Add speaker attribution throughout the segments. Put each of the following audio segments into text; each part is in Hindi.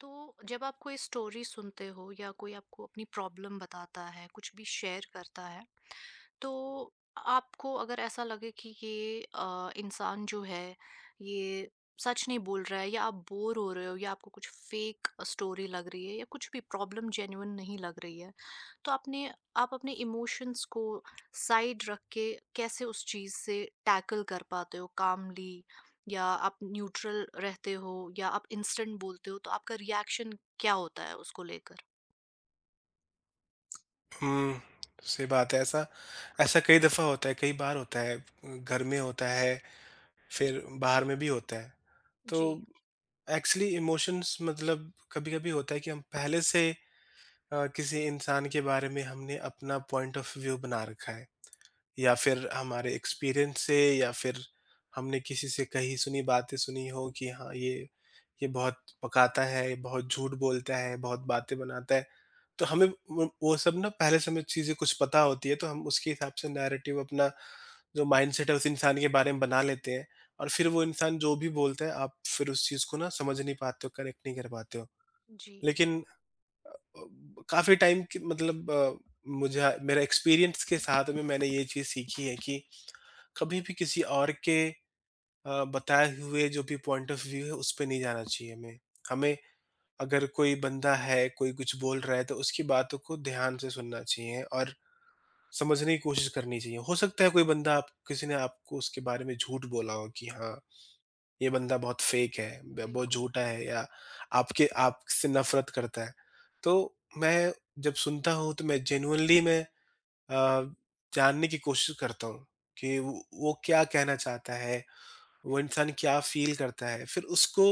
Speaker 1: तो जब आप कोई स्टोरी सुनते हो या कोई आपको अपनी प्रॉब्लम बताता है, कुछ भी शेयर करता है, तो आपको अगर ऐसा लगे कि ये इंसान जो है, ये सच नहीं बोल रहा है या आप बोर हो रहे हो या आपको कुछ फेक स्टोरी लग रही है या कुछ भी प्रॉब्लम जेन्युइन नहीं लग रही है, तो आपने आप अपने इमोशंस को साइड रख के कैसे उस चीज़ से टैकल कर पाते हो कामली, या आप न्यूट्रल रहते हो, या आप इंस्टेंट बोलते हो तो आपका रिएक्शन क्या होता है उसको लेकर?
Speaker 2: हुँ, सही बात है। ऐसा ऐसा कई दफ़ा होता है, कई बार होता है। घर में होता है, फिर बाहर में भी होता है। तो
Speaker 1: जी,
Speaker 2: एक्चुअली इमोशंस मतलब कभी-कभी होता है कि हम पहले से किसी इंसान के बारे में हमने अपना पॉइंट ऑफ व्यू बना रखा है या फिर हमारे एक्सपीरियंस से या फिर हमने किसी से कही सुनी बातें सुनी हो कि हाँ, ये बहुत पकाता है, ये बहुत झूठ बोलता है, बहुत बातें बनाता है। तो हमें वो सब ना पहले से हमें चीज़ें कुछ पता होती है, तो हम उसके हिसाब से नैरेटिव अपना जो माइंडसेट है उस इंसान के बारे में बना लेते हैं और फिर वो इंसान जो भी बोलता है आप फिर उस चीज़ को ना समझ नहीं पाते हो, कनेक्ट नहीं कर पाते हो।
Speaker 1: जी,
Speaker 2: लेकिन अ, काफ़ी टाइम की मतलब मुझे मेरा एक्सपीरियंस के साथ में मैंने ये चीज़ सीखी है कि कभी भी किसी और के बताए हुए जो भी पॉइंट ऑफ व्यू है उस पे नहीं जाना चाहिए हमें। हमें अगर कोई बंदा है, कोई कुछ बोल रहा है तो उसकी बातों को ध्यान से सुनना चाहिए और समझने की कोशिश करनी चाहिए। हो सकता है कोई बंदा आप किसी ने आपको उसके बारे में झूठ बोला हो कि हाँ, ये बंदा बहुत फ़ेक है, ब बहुत
Speaker 1: बिल्कुल।
Speaker 2: झूठा है या आपके आपसे नफ़रत करता है। तो मैं जब सुनता हूँ तो मैं जेनुइनली मैं अ, जानने की कोशिश करता हूँ कि वो क्या कहना चाहता है, वो इंसान क्या फ़ील करता है। फिर उसको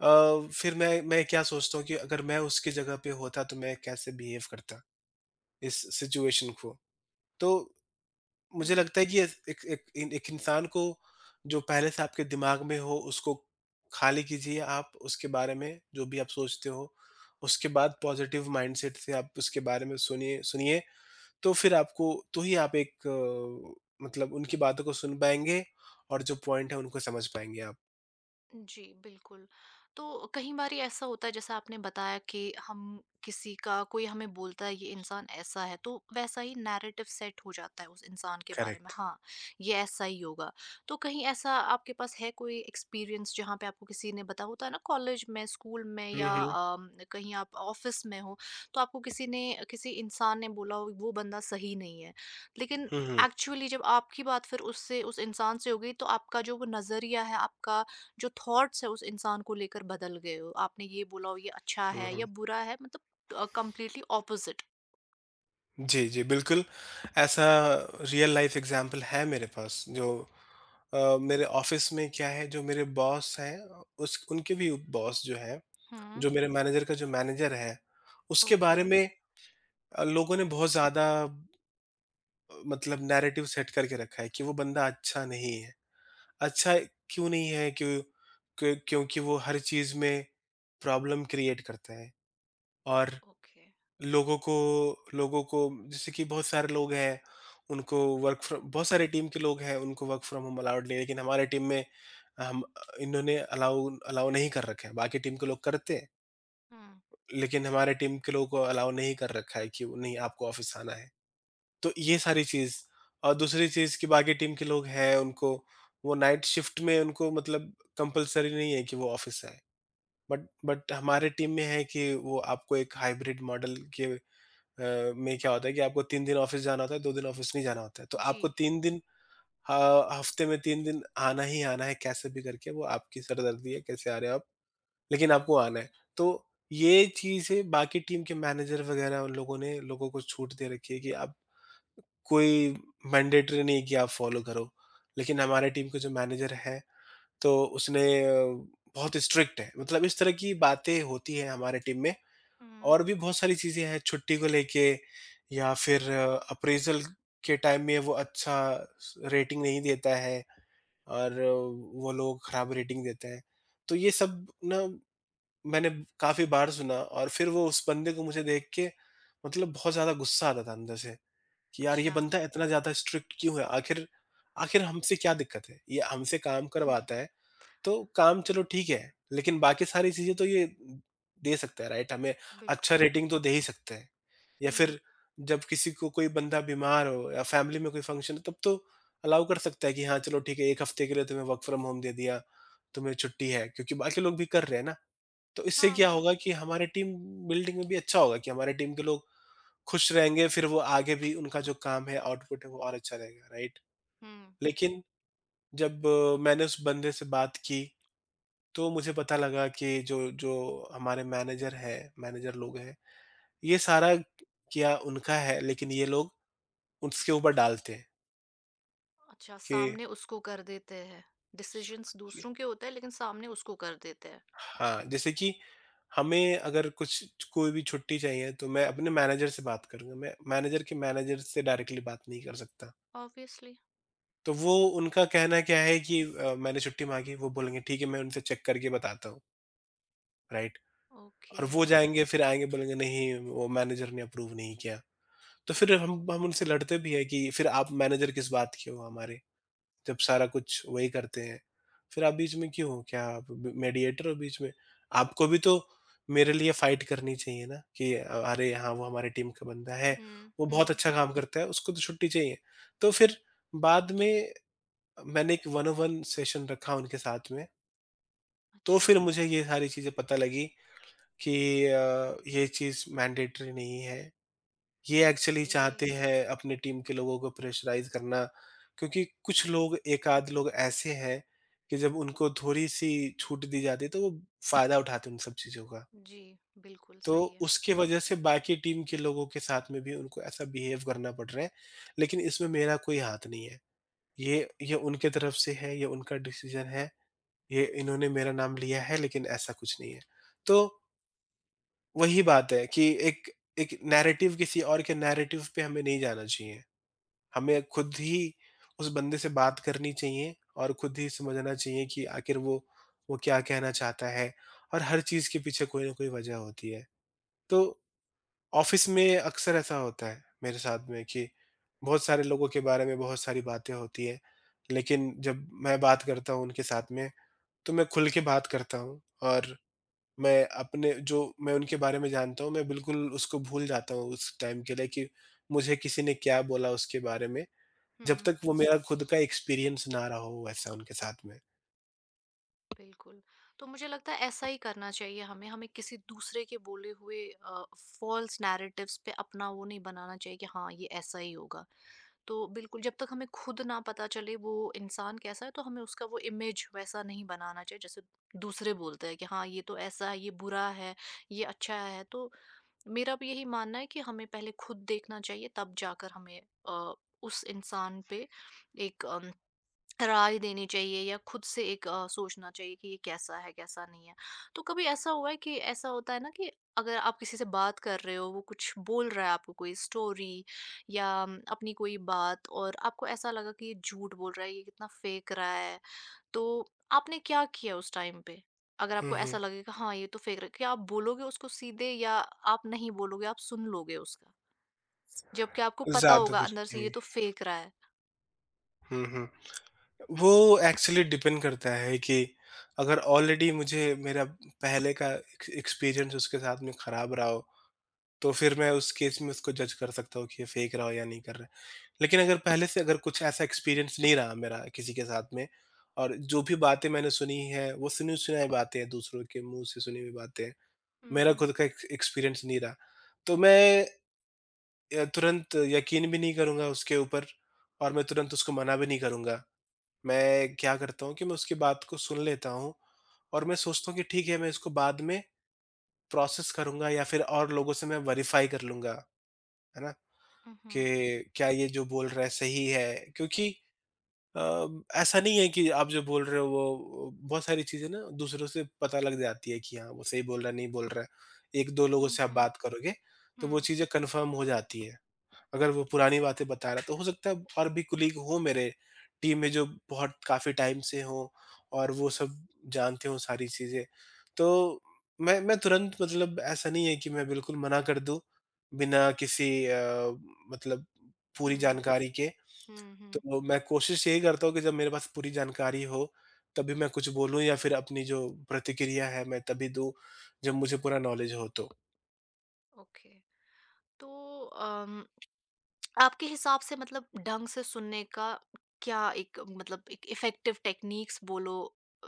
Speaker 2: अ, फिर मैं क्या सोचता हूँ कि अगर मैं उसकी जगह पे होता तो मैं कैसे बिहेव करता इस सिचुएशन को। तो मुझे
Speaker 1: हुँ।
Speaker 2: लगता है कि एस एक एक इन एक इंसान को जो पहले से आपके दिमाग में हो, उसको खाली कीजिए आप उसके बारे में, जो भी आप सोचते हो। उसके बाद पॉज़िटिव माइंडसेट से आप उसके बारे में सुनिए सुनिए, तो फिर आपको तो ही आप एक मतलब उनकी बातों को सुन पाएँगे और जो पॉइंट है, उनको समझ पाएँगे आप।
Speaker 1: जी, बिल्कुल। तो कई बारी ऐसा होता है जैसा आपने बताया कि हम किसी का, कोई हमें बोलता है ये इंसान ऐसा है, तो वैसा ही नैरेटिव सेट हो जाता है उस इंसान के बारे में,
Speaker 2: करेक्ट।
Speaker 1: हाँ, ये ऐसा ही होगा। तो कहीं ऐसा आपके पास है कोई एक्सपीरियंस जहाँ पे आपको किसी ने बताया होता है ना, कॉलेज में, स्कूल में
Speaker 2: हुँ,
Speaker 1: या
Speaker 2: हुँ।
Speaker 1: कहीं आप ऑफ़िस में हो, तो आपको किसी इंसान ने बोला हो वो बंदा सही नहीं है। लेकिन
Speaker 2: हुँ, हुँ।
Speaker 1: एक्चुअली जब आपकी बात फिर उससे उस इंसान से हो गई तो आपका जो वो नज़रिया है, आपका जो थॉट्स है उस इंसान को लेकर बदल गए हो, आपने ये बोला हो ये अच्छा
Speaker 2: हुँ,
Speaker 1: है या
Speaker 2: हुँ।
Speaker 1: बुरा है, मतलब कंप्लीटली ऑपोजिट।
Speaker 2: जी, जी, बिल्कुल। ऐसा रियल लाइफ़ एग्ज़ाम्पल है मेरे पास, जो मेरे ऑफिस में क्या है जो मेरे बॉस हैं उस उनके भी बॉस जो हैं,
Speaker 1: हम्म।
Speaker 2: जो मेरे मैनेजर का जो मैनेजर है, उसके
Speaker 1: ओके।
Speaker 2: बारे में लोगों ने बहुत ज़्यादा मतलब नैरेटिव सेट करके रखा है कि वो बंदा अच्छा नहीं है। अच्छा क्यों नहीं है? क्यों क्यों क्योंकि वो हर चीज़ में प्रॉब्लम क्रिएट करता है और
Speaker 1: ओके।
Speaker 2: लोगों को लोगों को जैसे कि बहुत सारे लोग हैं, उनको वर्क फ्रॉम बहुत सारी टीम के लोग हैं, उनको वर्क फ्रॉम होम अलाउड नहीं है, लेकिन हमारे टीम में हम इन्होंने अलाउ अलाउ नहीं कर रखा है। बाकी टीम के लोग करते हैं,
Speaker 1: हम्म।
Speaker 2: लेकिन हमारे टीम के लोगों को अलाउ नहीं कर रखा है कि वो नहीं आपको ऑफ़िस आना है। तो ये सारी चीज़ और दूसरी चीज़ कि बाकी टीम के लोग हैं, उनको वो नाइट शिफ्ट में उनको मतलब कंपल्सरी नहीं है कि वो ऑफ़िस आएँ। बट हमारे टीम में है कि वो आपको एक हाइब्रिड मॉडल के में क्या होता है कि आपको 3 दिन ऑफ़िस जाना होता है, 2 दिन ऑफ़िस नहीं जाना होता है। तो
Speaker 1: जी।
Speaker 2: आपको 3 दिन ह हफ़्ते में 3 दिन आना ही आना है कैसे भी करके, वो आपकी सरदर्दी है, कैसे आ रहे हो आप, लेकिन आपको आना है। तो ये चीज़ें बाकी टीम के मैनेजर वग़ैरह उन लोगों ने लोगों को छूट दे रखी है कि आप कोई मैंडेटरी नहीं है कि आप फ़ॉलो करो। लेकिन हमारे टीम के जो मैनेजर हैं, तो उसने बहुत स्ट्रिक्ट है। मतलब इस तरह की बातें होती हैं हमारे टीम में
Speaker 1: हम्म।
Speaker 2: और भी बहुत सारी चीज़ें हैं छुट्टी को लेके या फिर अप्रेज़ल के टाइम में वो अच्छा स रेटिंग नहीं देता है और वो लोग खराब रेटिंग देते हैं। तो ये सब ना मैंने काफ़ी बार सुना और फिर वो उस बंदे को मुझे देख के मतलब बहुत ज़्यादा गुस्सा आता था अंदर से कि यार ये
Speaker 1: अच्छा।
Speaker 2: बंदा इतना ज़्यादा स्ट्रिक्ट क्यों है? आखिर आखिर हमसे क्या दिक्कत है? ये हमसे काम करवाता है। तो काम चलो ठीक है, लेकिन बाकी सारी चीज़ें तो ये दे सकता है, राइट? हमें अच्छा
Speaker 1: बिल्कुल।
Speaker 2: रेटिंग तो दे ही सकते हैं या
Speaker 1: हम्म।
Speaker 2: फिर जब किसी को कोई बंदा बीमार हो या फैमिली में कोई फंक्शन हो तब तो अलाउ कर सकता है कि हाँ, चलो ठीक है 1 हफ्ते के लिए तुम्हें वर्क फ्रॉम होम दे दिया, तुम्हें छुट्टी है क्योंकि बाकी लोग भी कर रहे हैं ना। तो इससे
Speaker 1: हाँ,
Speaker 2: क्या होगा
Speaker 1: बिल्कुल।
Speaker 2: कि हमारे टीम बिल्डिंग में भी अच्छा होगा कि हमारे टीम के लोग खुश रहेंगे, फिर वो आगे भी उनका जो काम है, आउटपुट है वो और अच्छा रहेगा, राइट?
Speaker 1: हम्म।
Speaker 2: लेकिन जब मैंने उस बंदे से बात की तो मुझे पता लगा कि जो जो हमारे मैनेजर हैं, मैनेजर लोग हैं, ये सारा किया उनका है, लेकिन ये लोग उसके ऊपर डालते हैं
Speaker 1: अच्छा,
Speaker 2: कि
Speaker 1: सामने उसको कर देते हैं। डिसीजंस
Speaker 2: कि
Speaker 1: दूसरों के होते हैं लेकिन सामने उसको कर देते हैं।
Speaker 2: हाँ, जैसे कि हमें अगर कुछ कोई भी छुट्टी चाहिए, तो मैं अपने मैनेजर से बात करूँगा, मैं मैनेजर के मैनेजर से डायरेक्टली बात नहीं कर सकता।
Speaker 1: ऑब्वियसली।
Speaker 2: तो वो उनका कहना क्या है कि मैंने छुट्टी माँगी, वो बोलेंगे ठीक है, मैं उनसे चेक करके बताता हूँ, राइट?
Speaker 1: ओके।
Speaker 2: और वो जाएँगे, फिर आएँगे बोलेंगे नहीं, वो मैनेजर ने अप्रूव नहीं किया। तो फिर हम उनसे लड़ते भी हैं कि फिर आप मैनेजर किस बात के हो हमारे, जब सारा कुछ वही करते हैं। फिर आप बीच में क्यों हो? क्या आप ब मीडिएटर हो बीच में? आपको भी तो मेरे लिए फाइट करनी चाहिए ना कि अरे हाँ, वो हमारी टीम का बंदा है,
Speaker 1: हम्म,
Speaker 2: वो बहुत
Speaker 1: हम्म।
Speaker 2: अच्छा काम करता है, उसको तो छुट्टी चाहिए। तो फिर बाद में मैंने एक वन ऑन वन सेशन रखा उनके साथ में, तो
Speaker 1: अच्छा।
Speaker 2: फिर मुझे ये सारी चीज़ें पता लगी कि ये चीज़ मैंडेटरी नहीं है ये एक्चुअली
Speaker 1: ओके।
Speaker 2: चाहते हैं अपनी टीम के लोगों को प्रेशराइज़ करना क्योंकि कुछ लोग एक आध लोग ऐसे हैं कि जब उनको थोड़ी-सी छूट दी जाती है तो वो फ़ायदा उठाते हैं उन सब चीज़ों का।
Speaker 1: जी, बिल्कुल
Speaker 2: तो
Speaker 1: सही है।
Speaker 2: उसकी वजह से बाकी टीम के लोगों के साथ में भी उनको ऐसा बिहेव करना पड़ रहा है, लेकिन इसमें मेरा कोई हाथ नहीं है। ये उनके तरफ से है, ये उनका डिसीज़न है, ये इन्होंने मेरा नाम लिया है लेकिन ऐसा कुछ नहीं है। तो वही बात है कि एक एक नैरेटिव किसी और के नैरेटिव पे हमें नहीं जाना चाहिए। हमें खुद ही उस बंदे से बात करनी चाहिए और खुद ही समझना चाहिए कि आखिर वो क्या कहना चाहता है और हर चीज़ के पीछे कोई ना कोई वजह होती है। तो ऑफ़िस में अक्सर ऐसा होता है मेरे साथ में कि बहुत सारे लोगों के बारे में बहुत सारी बातें होती हैं, लेकिन जब मैं बात करता हूँ उनके साथ में, तो मैं खुल के बात करता हूँ और मैं अपने जो मैं उनके बारे में जानता हूँ, मैं बिल्कुल उसको भूल जाता हूँ उस टाइम के लिए कि मुझे किसी ने क्या बोला उसके बारे में। जब
Speaker 1: हम्म।
Speaker 2: तक वो मेरा खुद का एक्सपीरियंस ना रहा हो ऐसा उनके साथ में।
Speaker 1: बिल्कुल। तो मुझे लगता है ऐसा ही करना चाहिए हमें, हमें किसी दूसरे के बोले हुए फ़ॉल्स नैरेटिव्स पे अपना वो नहीं बनाना चाहिए कि हाँ, ये ऐसा ही होगा। तो बिल्कुल जब तक हमें खुद ना पता चले वो इंसान कैसा है तो हमें उसका वो इमेज वैसा नहीं बनाना चाहिए जैसे दूसरे बोलते हैं कि हाँ, ये तो ऐसा है, ये बुरा है, ये अच्छा है। तो मेरा भी यही मानना है कि हमें पहले खुद देखना चाहिए, तब जाकर हमें अ, उस इंसान पे एक अम राय देनी चाहिए, या खुद से एक, सोचना चाहिए कि ये कैसा है कैसा नहीं है। तो कभी ऐसा हुआ है कि, ऐसा होता है ना कि अगर आप किसी से बात कर रहे हो, वो कुछ बोल रहा है, आपको कोई स्टोरी या अपनी कोई बात, और आपको ऐसा लगा कि ये झूठ बोल रहा है, ये कितना फेक रहा है, तो आपने क्या किया उस टाइम पे? अगर
Speaker 2: हुँ,
Speaker 1: आपको
Speaker 2: हुँ।
Speaker 1: ऐसा लगे कि हाँ ये तो फेक रहा है, क्या आप बोलोगे उसको सीधे, या आप नहीं बोलोगे, आप सुन लोगे उसका, जबकि आपको पता होगा
Speaker 2: ज़्यादातर
Speaker 1: अंदर से ये
Speaker 2: हुँ,
Speaker 1: तो फेक रहा है।
Speaker 2: हुँ, हुँ। वो एक्चुअली डिपेंड करता है कि अगर ऑलरेडी मुझे मेरा पहले का एक्सपीरियंस उसके साथ में खराब रहा हो, तो फिर मैं उस केस में उसको जज कर सकता हूँ कि ये फेंक रहा है या नहीं कर रहा है। लेकिन अगर पहले से अगर कुछ ऐसा एक्सपीरियंस नहीं रहा मेरा किसी के साथ में और जो भी बातें मैंने सुनी है वो सुनी-सुनाई बातें हैं, दूसरों के मुँह से सुनी हुई बातें हैं। मेरा
Speaker 1: हम्म,
Speaker 2: खुद का एक्सपीरियंस नहीं रहा, तो मैं तुरंत यकीन भी नहीं करूँगा उसके ऊपर और मैं तुरंत उसको मना भी नहीं करूँगा। मैं क्या करता हूँ कि मैं उसकी बात को सुन लेता हूँ और मैं सोचता हूँ कि ठीक है, मैं इसको बाद में प्रोसेस करूँगा या फिर और लोगों से मैं वेरीफ़ाई कर लूँगा, है ना?
Speaker 1: हम्म।
Speaker 2: कि क्या ये जो बोल रहा है सही है? क्योंकि अ, ऐसा नहीं है कि आप जो बोल रहे हो वो बहुत सारी चीज़ें ना दूसरों से पता लग जाती है कि हाँ, वो सही बोल रहा है, नहीं बोल रहा है। 1-2 लोगों
Speaker 1: हम्म,
Speaker 2: से आप बात करोगे, तो वो
Speaker 1: हम्म।
Speaker 2: चीज़ें कन्फर्म हो जाती हैं। अगर वो पुरानी बातें बता रहा है, तो हो सकता है और भी कोलीग हों मेरे टीम में जो बहुत काफ़ी टाइम से हों और वो सब जानते हों सारी चीज़ें। तो मैं तुरंत मतलब ऐसा नहीं है कि मैं बिल्कुल मना कर दूँ, बिना किसी मतलब पूरी
Speaker 1: हुँ।
Speaker 2: जानकारी के।
Speaker 1: हुँ, हुँ।
Speaker 2: तो मैं कोशिश यही करता हूँ कि जब मेरे पास पूरी जानकारी हो, तभी मैं कुछ बोलूँ या फिर अपनी जो प्रतिक्रिया है मैं तभी दूँ, जब मुझे पूरा नॉलेज हो तो।
Speaker 1: ओके। तो अम, आपके हिसाब से मतलब ढंग से सुनने का क्या एक, मतलब एक इफेक्टिव टेक्निक्स बोलो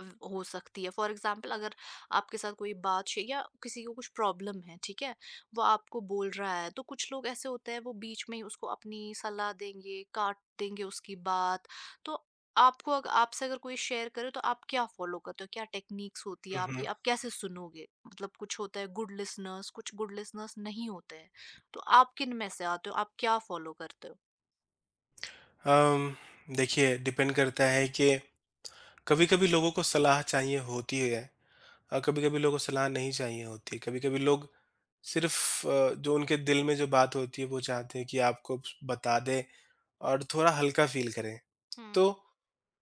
Speaker 1: हो सकती है? फॉर एग्जाम्पल अगर आपके साथ कोई या किसी को कुछ प्रॉब्लम है, ठीक है, वो आपको बोल रहा है, तो कुछ लोग ऐसे होते हैं वो बीच में ही उसको अपनी सलाह देंगे, काट देंगे उसकी बात। तो आपको अगर, आपसे अगर कोई शेयर करे तो आप क्या फॉलो करते हो, क्या टेक्निक्स होती है
Speaker 2: हुँ,
Speaker 1: आपकी,
Speaker 2: हुँ।
Speaker 1: आप कैसे सुनोगे? मतलब कुछ होता है गुड लिसनर्स, कुछ गुड लिसनर्स नहीं होते हैं, तो आप किनमें से आते हो? आप क्या फ़ॉलो करते हो?
Speaker 2: अम, देखिए डिपेंड करता है कि कभी-कभी लोगों को सलाह चाहिए होती है और कभी-कभी लोगों को सलाह नहीं चाहिए होती है। कभी-कभी लोग सिर्फ़ जो उनके दिल में जो बात होती है वो चाहते हैं कि आपको बता दें और थोड़ा हल्का फ़ील करें। तो
Speaker 1: हुँ।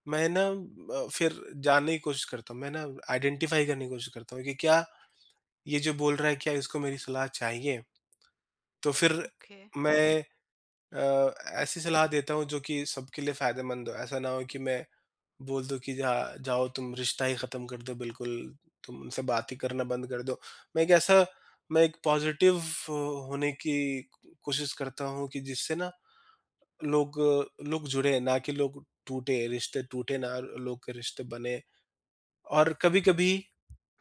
Speaker 2: मैं ना फिर जानने की कोशिश करता हूँ। मैं ना आइडेंटिफ़ाई करने की कोशिश करता हूँ कि क्या ये जो बोल रहा है क्या इसको मेरी सलाह चाहिए? तो फिर
Speaker 1: ओके।
Speaker 2: मैं अ, ऐसी सलाह देता हूँ जो कि सबके लिए फ़ायदेमंद हो। ऐसा ना हो कि मैं बोल दूँ कि जा जाओ तुम रिश्ता ही ख़त्म कर दो बिल्कुल, तुम उनसे बात ही करना बंद कर दो। मैं एक ऐसा मैं एक पॉज़िटिव होने की कोशिश करता हूँ कि जिससे ना लोग लोग जुड़े, ना कि लोग टूटे, रिश्ते टूटे ना, लोग के रिश्ते बने। और कभी-कभी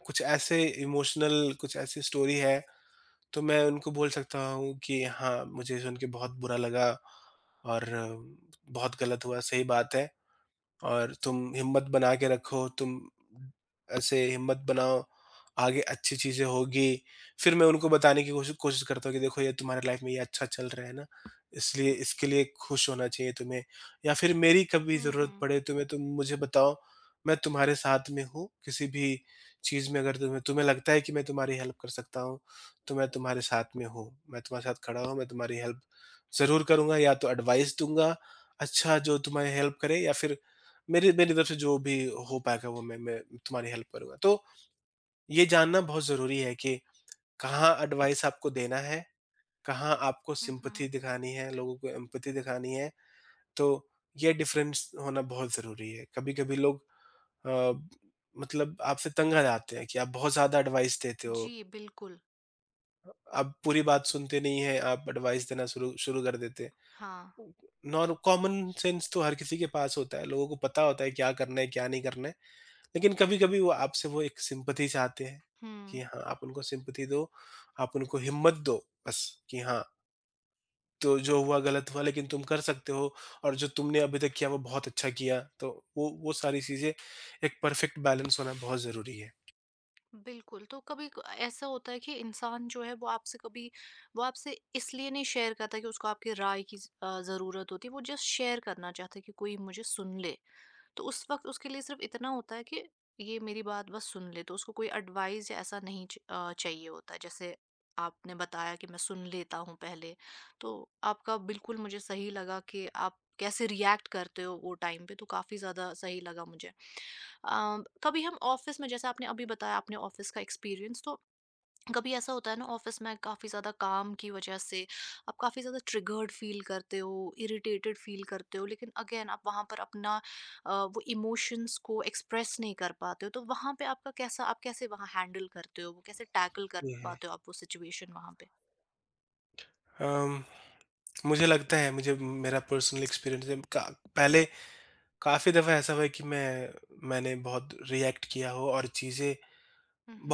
Speaker 2: कुछ ऐसे इमोशनल कुछ ऐसी स्टोरी है, तो मैं उनको बोल सकता हूँ कि हाँ, मुझे सुन के बहुत बुरा लगा और बहुत गलत हुआ, सही बात है। और तुम हिम्मत बना के रखो, तुम ऐसे हिम्मत बनाओ, आगे अच्छी चीज़ें होगी। फिर मैं उनको बताने की कोशिश करता हूँ कि देखो ये तुम्हारे लाइफ़ में ये अच्छा चल रहा है ना, इसलिए इसके लिए खुश होना चाहिए तुम्हें या फिर मेरी कभी
Speaker 1: हुँ,
Speaker 2: ज़रूरत
Speaker 1: हुँ।
Speaker 2: पड़े तुम्हें तुम मुझे बताओ, मैं तुम्हारे साथ में हूँ। किसी भी चीज़ में अगर तुम्हें तुम्हें लगता है कि मैं तुम्हारी हेल्प कर सकता हूँ, तो मैं तुम्हारे साथ में हूँ। मैं तुम्हारे साथ खड़ा हूँ, मैं तुम्हारी हेल्प ज़रूर करूँगा या तो एडवाइस दूँगा, अच्छा जो तुम्हारी हेल्प करे या फिर मेरी मेरी तरफ से जो भी हो पाएगा वो मैं तुम्हारी हेल्प करूँगा। तो ये जानना बहुत ज़रूरी है कि कहाँ एडवाइस आपको देना है, कहाँ आपको
Speaker 1: हुँ, हुँ।
Speaker 2: सिम्पैथी दिखानी है, लोगों को एम्पैथी दिखानी है, तो ये डिफ़रेंस होना बहुत ज़रूरी है। कभी-कभी लोग अ, मतलब आपसे तंग आ जाते हैं कि आप बहुत ज़्यादा एडवाइस देते हो,
Speaker 1: जी, बिल्कुल।
Speaker 2: आप पूरी बात सुनते नहीं हैं, आप एडवाइस देना शुरू शुरू कर देते हैं।
Speaker 1: हाँ।
Speaker 2: नॉर कॉमन सेंस तो हर किसी के पास होता है, लोगों को पता होता है क्या करना है, क्या नहीं करना है। लेकिन कभी-कभी वो आपसे वो एक सिम्पैथी चाहते हैं
Speaker 1: हुँ,
Speaker 2: कि हाँ, आप उनको सिम्पैथी दो, आप उनको हिम्मत दो बस कि हाँ, तो जो हुआ गलत हुआ लेकिन तुम कर सकते हो और जो तुमने अभी तक किया वो बहुत अच्छा किया। तो वो सारी चीज़ें एक परफ़ेक्ट बैलेंस होना बहुत ज़रूरी है।
Speaker 1: बिल्कुल। तो कभी क ऐसा होता है कि इंसान जो है वो आपसे कभी, वो आपसे इसलिए नहीं शेयर करता कि उसको आपकी राय की ज़रूरत होती है, वो जस्ट शेयर करना चाहता है कि कोई मुझे सुन ले। तो उस वक़्त उसके लिए सिर्फ़ इतना होता है कि ये मेरी बात बस सुन ले, तो उसको कोई एडवाइस या ऐसा नहीं चाहिए होता है। जैसे आपने बताया कि मैं सुन लेता हूँ पहले, तो आपका बिल्कुल मुझे सही लगा कि आप कैसे रिएक्ट करते हो वो टाइम पे, तो काफ़ी ज़्यादा सही लगा मुझे। अ, कभी हम ऑफ़िस में, जैसे आपने अभी बताया आपने ऑफ़िस का एक्सपीरियंस, तो कभी ऐसा होता है ना ऑफिस में, काफ़ी ज़्यादा काम की वजह से आप काफ़ी ज़्यादा ट्रिगर्ड फील करते हो, इरिटेटेड फील करते हो, लेकिन अगेन आप वहाँ पर अपना वो इमोशंस को एक्सप्रेस नहीं कर पाते हो, तो वहाँ पे आपका कैसा, आप कैसे वहाँ हैंडल करते हो, वो कैसे टैकल कर
Speaker 2: जी, हाँ।
Speaker 1: पाते हो आप वो सिचुएशन वहाँ पे?
Speaker 2: अम, मुझे लगता है मुझे मेरा पर्सनल एक्सपीरियंस है का पहले काफ़ी दफ़ा ऐसा हुआ है कि मैंने बहुत रिएक्ट किया हो और चीज़ें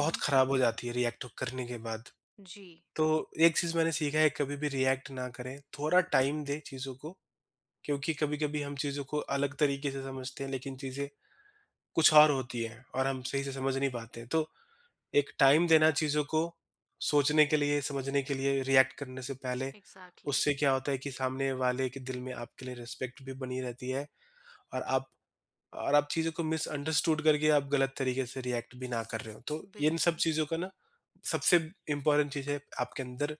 Speaker 2: बहुत ख़राब हो जाती है रिएक्ट करने के बाद।
Speaker 1: जी।
Speaker 2: तो एक चीज़ मैंने सीखा है कभी भी रिएक्ट ना करें, थोड़ा टाइम दें चीज़ों को, क्योंकि कभी-कभी हम चीज़ों को अलग तरीके से समझते हैं लेकिन चीज़ें कुछ और होती हैं और हम सही से समझ नहीं पाते हैं। तो एक टाइम देना चीज़ों को सोचने के लिए, समझने के लिए, रिएक्ट करने से पहले,
Speaker 1: एग्जैक्टली।
Speaker 2: उससे क्या होता है कि सामने वाले के दिल में आपके लिए रिस्पेक्ट भी बनी रहती है और आप चीज़ों को मिसअंडरस्टूड करके आप गलत तरीके से रिएक्ट भी ना कर रहे हो। तो
Speaker 1: Exactly,
Speaker 2: इन सब
Speaker 1: बिल्कुल।
Speaker 2: चीज़ों का ना सबसे इम्पोर्टेंट चीज़ है आपके अंदर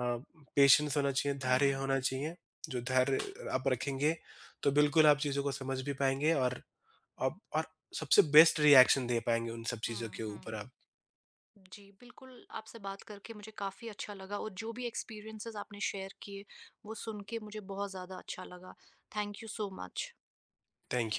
Speaker 2: अ, पेशेंस होना चाहिए, धैर्य
Speaker 1: हम्म,
Speaker 2: होना चाहिए। जो धैर्य आप रखेंगे तो बिल्कुल आप चीज़ों को समझ भी पाएँगे और अब और सबसे बेस्ट रिएक्शन दे पाएँगे उन सब चीज़ों
Speaker 1: हम्म।
Speaker 2: के
Speaker 1: हम्म।
Speaker 2: ऊपर आप।
Speaker 1: जी, बिल्कुल, आपसे बात करके मुझे काफ़ी अच्छा लगा, और जो भी एक्सपीरियंसेस आपने शेयर किए, वो सुन के मुझे बहुत ज़्यादा अच्छा लगा। Thank you so much.
Speaker 2: Thank you.